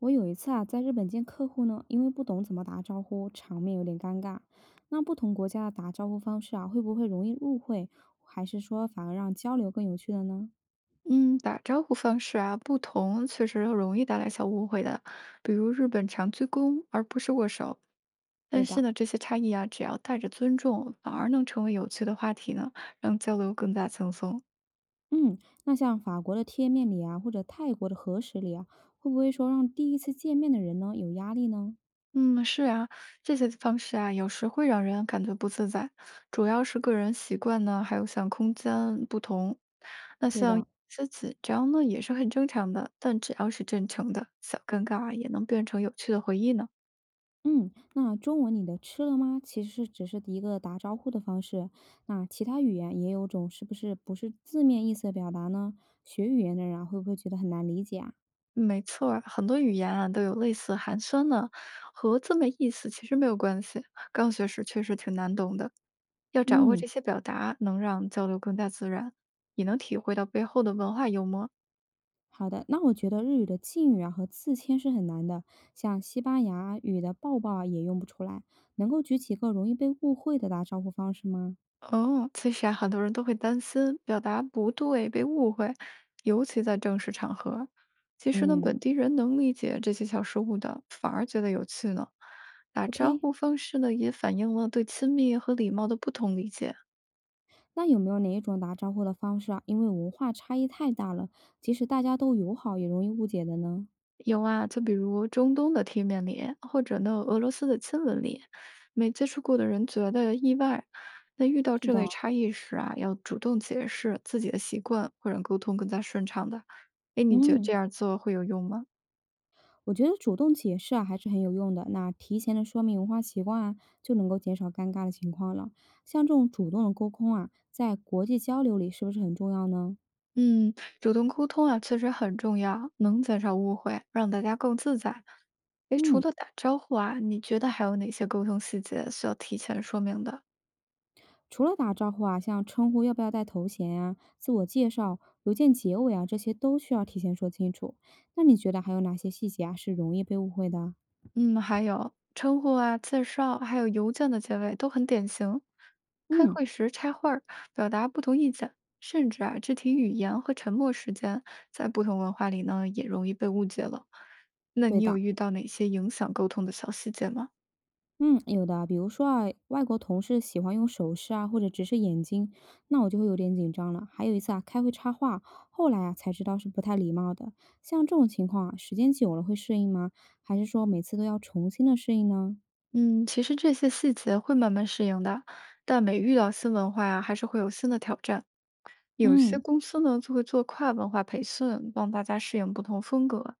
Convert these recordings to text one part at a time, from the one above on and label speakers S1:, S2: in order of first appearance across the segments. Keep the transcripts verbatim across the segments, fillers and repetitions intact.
S1: 我有一次啊，在日本见客户呢，因为不懂怎么打招呼，场面有点尴尬。那不同国家的打招呼方式啊，会不会容易误会，还是说反而让交流更有趣了呢？
S2: 嗯，打招呼方式啊，不同确实容易带来小误会的，比如日本常鞠躬而不是握手。
S1: 对
S2: 但
S1: 的。
S2: 是呢，这些差异啊，只要带着尊重，反而能成为有趣的话题呢，让交流更加轻松。
S1: 嗯，那像法国的贴面礼啊，或者泰国的和食礼啊，会不会说让第一次见面的人呢有压力呢？
S2: 嗯，是啊，这些方式啊，有时会让人感觉不自在，主要是个人习惯呢，还有像空间不同。那
S1: 对
S2: 像有
S1: 的。
S2: 些紧张呢，也是很正常的，但只要是真诚的，小尴尬啊也能变成有趣的回忆呢。
S1: 嗯，那中文里的吃了吗，其实是只是一个打招呼的方式。那其他语言也有种是不是不是字面意思的表达呢？学语言的人啊，会不会觉得很难理解啊？
S2: 没错儿，很多语言啊都有类似寒酸呢，和字面意思其实没有关系。刚学时确实挺难懂的，要掌握
S1: 嗯，
S2: 这些表达，能让交流更加自然，也能体会到背后的文化幽默。
S1: 好的。那我觉得日语的敬语啊和自谦是很难的，像西班牙语的抱抱啊也用不出来。能够举几个容易被误会的打招呼方式吗？
S2: 哦，其实啊，很多人都会担心表达不对被误会，尤其在正式场合。其实呢，
S1: 嗯，
S2: 本地人能理解这些小失误的，反而觉得有趣呢。打招
S1: OK，
S2: 呼方式呢，也反映了对亲密和礼貌的不同理解。
S1: 那有没有哪一种打招呼的方式啊？因为文化差异太大了，即使大家都友好，也容易误解的呢？
S2: 有啊，就比如中东的贴面礼，或者呢俄罗斯的亲吻礼，没接触过的人觉得意外。那遇到
S1: 是
S2: 这
S1: 的。
S2: 类差异时啊，要主动解释自己的习惯，会让沟通更加顺畅的。哎，你觉得
S1: 嗯，
S2: 这样做会有用吗？
S1: 我觉得主动解释啊还是很有用的。那提前的说明文化习惯啊，就能够减少尴尬的情况了。像这种主动的沟通啊，在国际交流里是不是很重要呢？
S2: 嗯，主动沟通啊，确实很重要，能减少误会，让大家更自在。哎，除
S1: 嗯。
S2: 了打招呼啊，你觉得还有哪些沟通细节需要提前说明的？
S1: 除了打招呼啊，像称呼要不要带头衔啊、自我介绍、邮件结尾啊，这些都需要提前说清楚。那你觉得还有哪些细节啊是容易被误会的？
S2: 嗯，还有称呼啊、介绍，还有邮件的结尾都很典型。开
S1: 嗯，
S2: 会时插话儿表达不同意见，甚至啊，肢体语言和沉默时间，在不同文化里呢，也容易被误解了。那
S1: 对
S2: 你有
S1: 的。
S2: 遇到哪些影响沟通的小细节吗？
S1: 嗯，有的。比如说啊，外国同事喜欢用手势啊，或者直视眼睛，那我就会有点紧张了。还有一次啊，开会插话，后来啊才知道是不太礼貌的。像这种情况啊，时间久了会适应吗？还是说每次都要重新的适应呢？
S2: 嗯，其实这些细节会慢慢适应的，但每遇到新文化呀、还是会有新的挑战。有些
S1: 嗯，
S2: 公司呢，就会做跨文化培训，帮大家适应不同风格。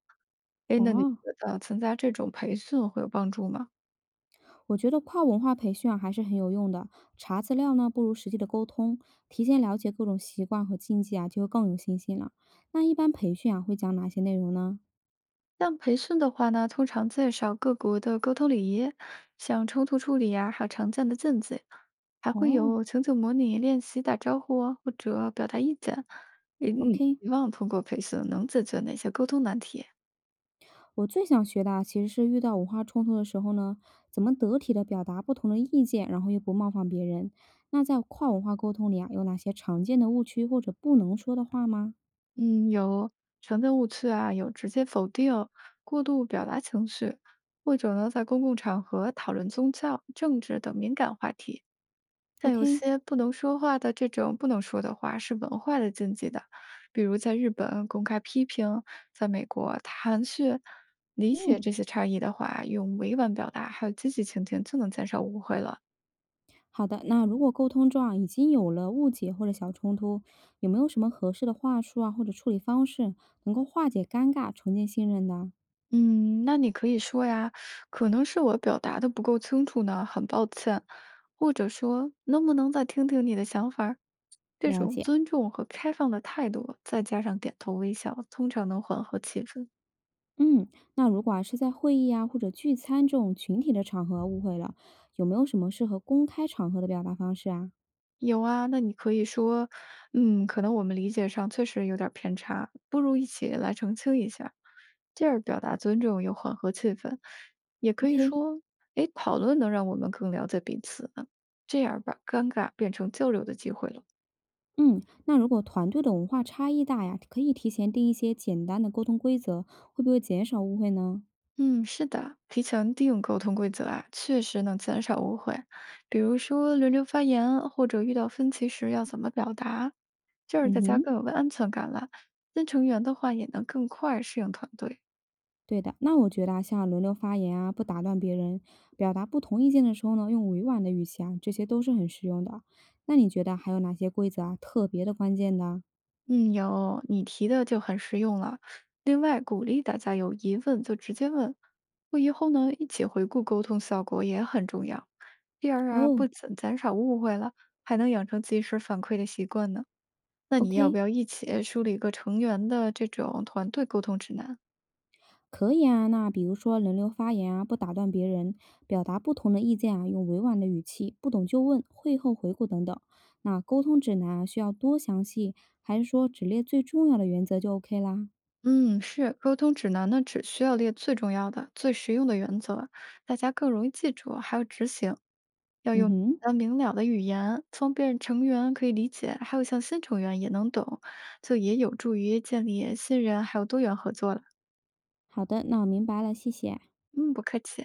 S2: 哎，那你觉
S1: 哦。
S2: 得参加这种培训会有帮助吗？
S1: 我觉得跨文化培训啊还是很有用的。查资料呢，不如实际的沟通，提前了解各种习惯和禁忌啊，就会更有信心了。那一般培训啊会讲哪些内容呢？
S2: 像培训的话呢，通常介绍各国的沟通礼仪，像冲突处理呀、还有常见的禁忌，还会
S1: 哦
S2: 有情景模拟练习打招呼啊或者表达意见。你你
S1: ，OK，
S2: 希望通过培训能解决哪些沟通难题？
S1: 我最想学的啊其实是遇到文化冲突的时候呢，怎么得体的表达不同的意见，然后又不冒犯别人。那在跨文化沟通里啊，有哪些常见的误区或者不能说的话吗
S2: 嗯，有常见误区啊，有直接否定、过度表达情绪，或者呢，在公共场合讨论宗教、政治等敏感话题。像有
S1: ？OK。
S2: 些不能说话的这种不能说的话是文化的禁忌的，比如在日本公开批评，在美国含蓄理解
S1: 嗯，
S2: 这些差异的话，用委婉表达还有积极倾听就能减少误会了。
S1: 好的，那如果沟通中啊已经有了误解或者小冲突，有没有什么合适的话术啊或者处理方式能够化解尴尬、重建信任呢？
S2: 嗯，那你可以说呀，可能是我表达的不够清楚呢，很抱歉，或者说能不能再听听你的想法儿？这
S1: 了
S2: 种
S1: 解。
S2: 尊重和开放的态度，再加上点头微笑，通常能缓和气氛。
S1: 嗯，那如果啊是在会议啊或者聚餐这种群体的场合误会了，有没有什么适合公开场合的表达方式啊
S2: 有啊，那你可以说，嗯，可能我们理解上确实有点儿偏差，不如一起来澄清一下，这样表达尊重又缓和气氛。也可以
S1: ？OK。
S2: 说，哎，讨论能让我们更了解彼此，这样把尴尬变成交流的机会了。
S1: 嗯，那如果团队的文化差异大呀，可以提前定一些简单的沟通规则，会不会减少误会呢？
S2: 嗯，是的，提前定沟通规则啊，确实能减少误会。比如说轮流发言，或者遇到分歧时要怎么表达，这样
S1: 嗯
S2: 大家
S1: 哼。
S2: 更有安全感了。新成员的话，也能更快适应团队。
S1: 对的，那我觉得啊，像轮流发言啊，不打断别人，表达不同意见的时候呢，用委婉的语气啊，这些都是很实用的。那你觉得还有哪些规则啊，特别的关键的？
S2: 嗯，有，你提的就很实用了。另外，鼓励大家有疑问就直接问，会议后呢，一起回顾沟通效果也很重要。第二啊，
S1: 哦
S2: 不仅减少误会了，还能养成及时反馈的习惯呢。那你要不
S1: ，OK，
S2: 要一起梳理一个成员的这种团队沟通指南？
S1: 可以啊。那比如说轮流发言啊，不打断别人，表达不同的意见啊，用委婉的语气，不懂就问，会后回顾等等。那沟通指南啊，需要多详细，还是说只列最重要的原则就 OK 啦？
S2: 嗯，是沟通指南呢，只需要列最重要的、最实用的原则，大家更容易记住，还有执行。要
S1: 嗯
S2: 用简
S1: 哼，
S2: 单明了的语言，方便成员可以理解，还有像新成员也能懂，就也有助于建立信任，还有多元合作了。
S1: 好的，那我明白了，谢谢。
S2: 嗯，不客气。